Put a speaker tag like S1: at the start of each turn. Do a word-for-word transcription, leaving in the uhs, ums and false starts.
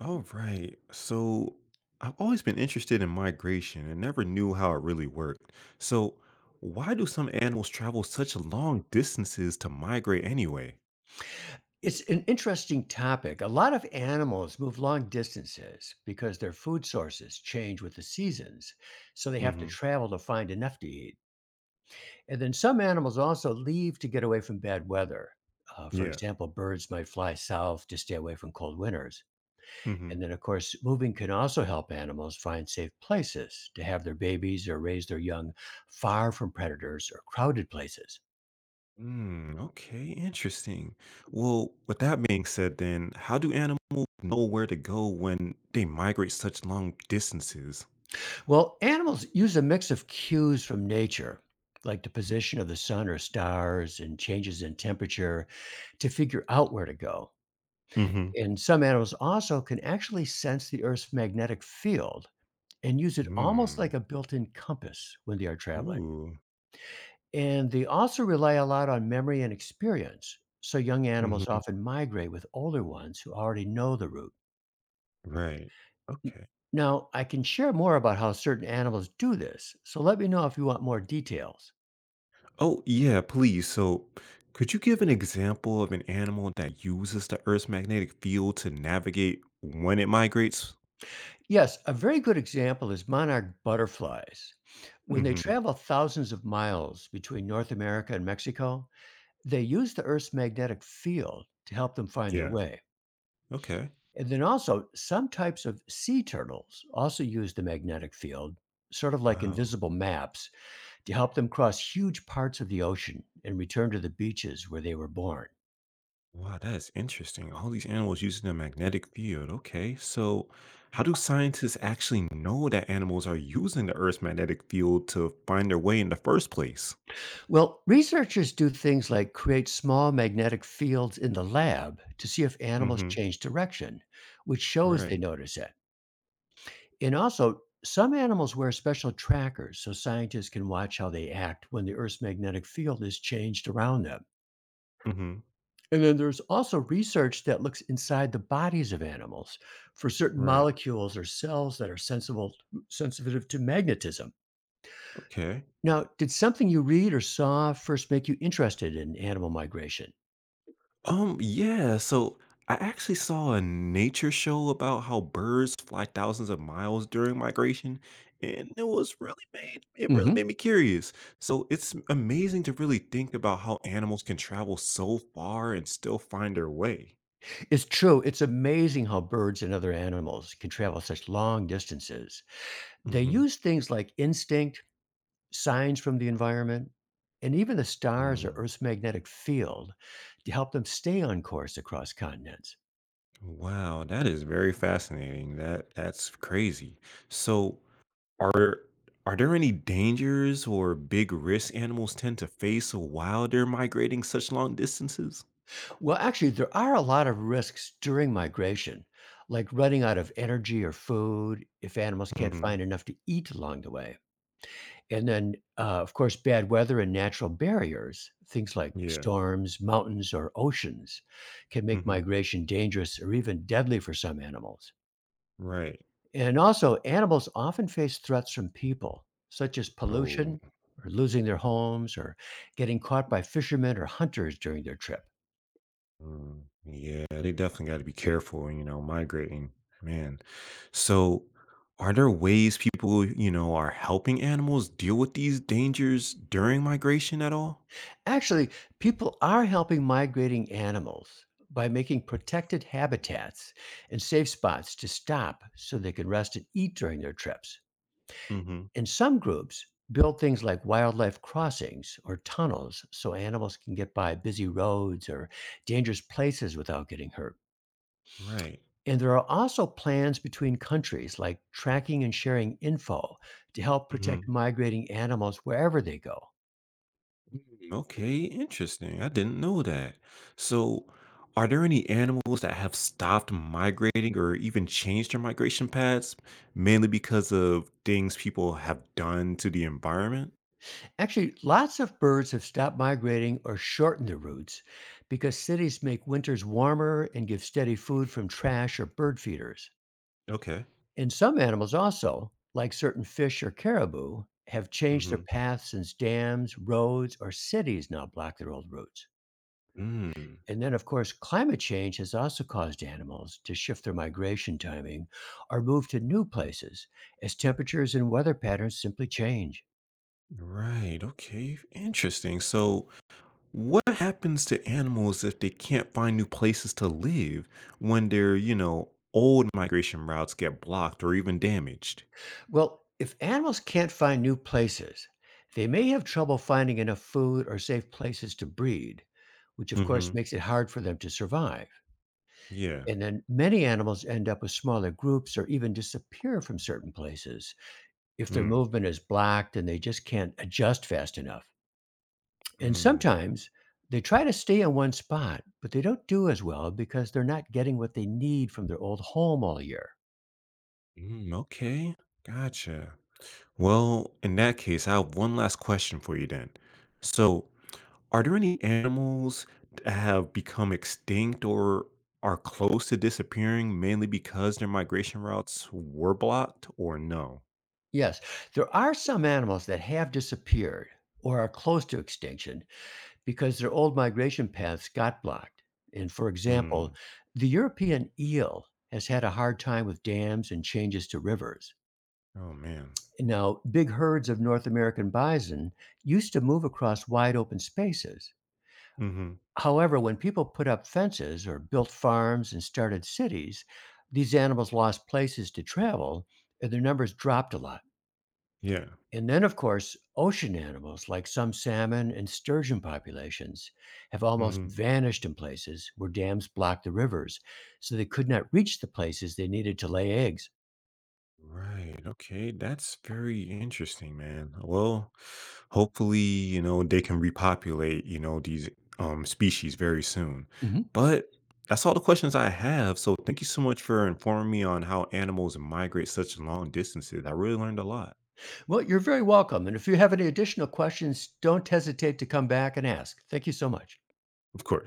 S1: All right. So I've always been interested in migration and never knew how it really worked. So why do some animals travel such long distances to migrate anyway?
S2: It's an interesting topic. A lot of animals move long distances because their food sources change with the seasons, so they have to
S1: Mm-hmm.
S2: travel to find enough to eat. And then some animals also leave to get away from bad weather. Uh, for
S1: Yeah.
S2: example, birds might fly south to stay away from cold winters. And
S1: Mm-hmm.
S2: then, of course, moving can also help animals find safe places to have their babies or raise their young far from predators or crowded places.
S1: Mm, okay, interesting. Well, with that being said, then, how do animals know where to go when they migrate such long distances?
S2: Well, animals use a mix of cues from nature, like the position of the sun or stars and changes in temperature, to figure out where to go.
S1: Mm-hmm.
S2: And some animals also can actually sense the Earth's magnetic field and use it almost
S1: Mm.
S2: like a built in compass when they are traveling.
S1: Ooh.
S2: And they also rely a lot on memory and experience. So young animals
S1: Mm-hmm.
S2: often migrate with older ones who already know the route.
S1: Right.
S2: N-
S1: Okay.
S2: Now, I can share more about how certain animals do this. So let me know if you want more details.
S1: Oh, yeah, please. So, could you give an example of an animal that uses the Earth's magnetic field to navigate when it migrates?
S2: Yes, a very good example is monarch butterflies. When they
S1: Hmm.
S2: travel thousands of miles between North America and Mexico, they use the Earth's magnetic field to help them find their
S1: Yeah.
S2: way.
S1: Okay.
S2: And then also, some types of sea turtles also use the magnetic field, sort of like
S1: Wow.
S2: invisible maps, to help them cross huge parts of the ocean and return to the beaches where they were born.
S1: Wow, that's interesting. All these animals using the magnetic field. Okay. So, how do scientists actually know that animals are using the Earth's magnetic field to find their way in the first place?
S2: Well, researchers do things like create small magnetic fields in the lab to see if animals
S1: Hmm.
S2: change direction, which shows they
S1: Right.
S2: notice it. And also, some animals wear special trackers so scientists can watch how they act when the Earth's magnetic field is changed around them.
S1: Hmm.
S2: And then there's also research that looks inside the bodies of animals for certain
S1: Right.
S2: molecules or cells that are sensible, sensitive to magnetism.
S1: Okay.
S2: Now, did something you read or saw first make you interested in animal migration?
S1: Um, yeah, so I actually saw a nature show about how birds fly thousands of miles during migration, and it was really made it really
S2: Hmm.
S1: made me curious. So it's amazing to really think about how animals can travel so far and still find their way.
S2: It's true. It's amazing how birds and other animals can travel such long distances. They
S1: Hmm.
S2: use things like instinct, signs from the environment, and even the stars or
S1: Mm.
S2: Earth's magnetic field to help them stay on course across continents.
S1: Wow, that is very fascinating. That that's crazy. So are are there any dangers or big risks animals tend to face while they're migrating such long distances?
S2: Well, actually, there are a lot of risks during migration, like running out of energy or food if animals can't
S1: Mhm.
S2: find enough to eat along the way. And then, uh, of course, bad weather and natural barriers, things like
S1: Yeah.
S2: storms, mountains, or oceans, can make
S1: Mhm.
S2: migration dangerous or even deadly for some animals.
S1: Right.
S2: And also, animals often face threats from people, such as
S1: Oh,
S2: pollution or losing their homes or getting caught by fishermen or hunters during their trip.
S1: mm, yeah. They definitely got to be careful, you know, migrating. Man. So, are there ways people, you know, are helping animals deal with these dangers during migration at all?
S2: Actually, people are helping migrating animals by making protected habitats and safe spots to stop so they can rest and eat during their trips.
S1: Mhm.
S2: And some groups build things like wildlife crossings or tunnels so animals can get by busy roads or dangerous places without getting hurt.
S1: Right.
S2: And there are also plans between countries, like tracking and sharing info to help protect
S1: Mhm.
S2: migrating animals wherever they go.
S1: Mm, okay, interesting. I didn't know that. So, are there any animals that have stopped migrating or even changed their migration paths, mainly because of things people have done to the environment?
S2: Actually, lots of birds have stopped migrating or shortened their routes because cities make winters warmer and give steady food from trash or bird feeders.
S1: Okay.
S2: And some animals also, like certain fish or caribou, have changed their
S1: Mm-hmm.
S2: paths since dams, roads, or cities now block their old routes.
S1: Mm,
S2: And then, of course, climate change has also caused animals to shift their migration timing or move to new places as temperatures and weather patterns simply change.
S1: right. Okay. Interesting. So, what happens to animals if they can't find new places to live when their, you know, old migration routes get blocked or even damaged?
S2: Well, if animals can't find new places, they may have trouble finding enough food or safe places to breed, which of course
S1: Mm-hmm.
S2: makes it hard for them to survive.
S1: Yeah.
S2: And then many animals end up with smaller groups or even disappear from certain places if their
S1: Hmm.
S2: movement is blocked and they just can't adjust fast enough. And
S1: Mm.
S2: sometimes they try to stay in one spot, but they don't do as well because they're not getting what they need from their old home all year.
S1: Mm, okay, gotcha. Well, in that case, I have one last question for you then. So, are there any animals that have become extinct or are close to disappearing mainly because their migration routes were blocked or no?
S2: Yes, there are some animals that have disappeared or are close to extinction because their old migration paths got blocked. And for example,
S1: Mm.
S2: the European eel has had a hard time with dams and changes to rivers.
S1: Oh, man.
S2: Now, big herds of North American bison used to move across wide open spaces.
S1: Mm-hmm.
S2: However, when people put up fences or built farms and started cities, these animals lost places to travel and their numbers dropped a lot.
S1: Yeah.
S2: And then, of course, ocean animals like some salmon and sturgeon populations have almost
S1: Mm-hmm.
S2: vanished in places where dams blocked the rivers, so they could not reach the places they needed to lay eggs.
S1: Right. Okay. That's very interesting, man. Well, hopefully you know they can repopulate you know these um species very soon,
S2: Hmm.
S1: but that's all the questions I have, so thank you so much for informing me on how animals migrate such long distances. I really learned a lot.
S2: Well, you're very welcome. And if you have any additional questions, don't hesitate to come back and ask. Thank you so much.
S1: Of course.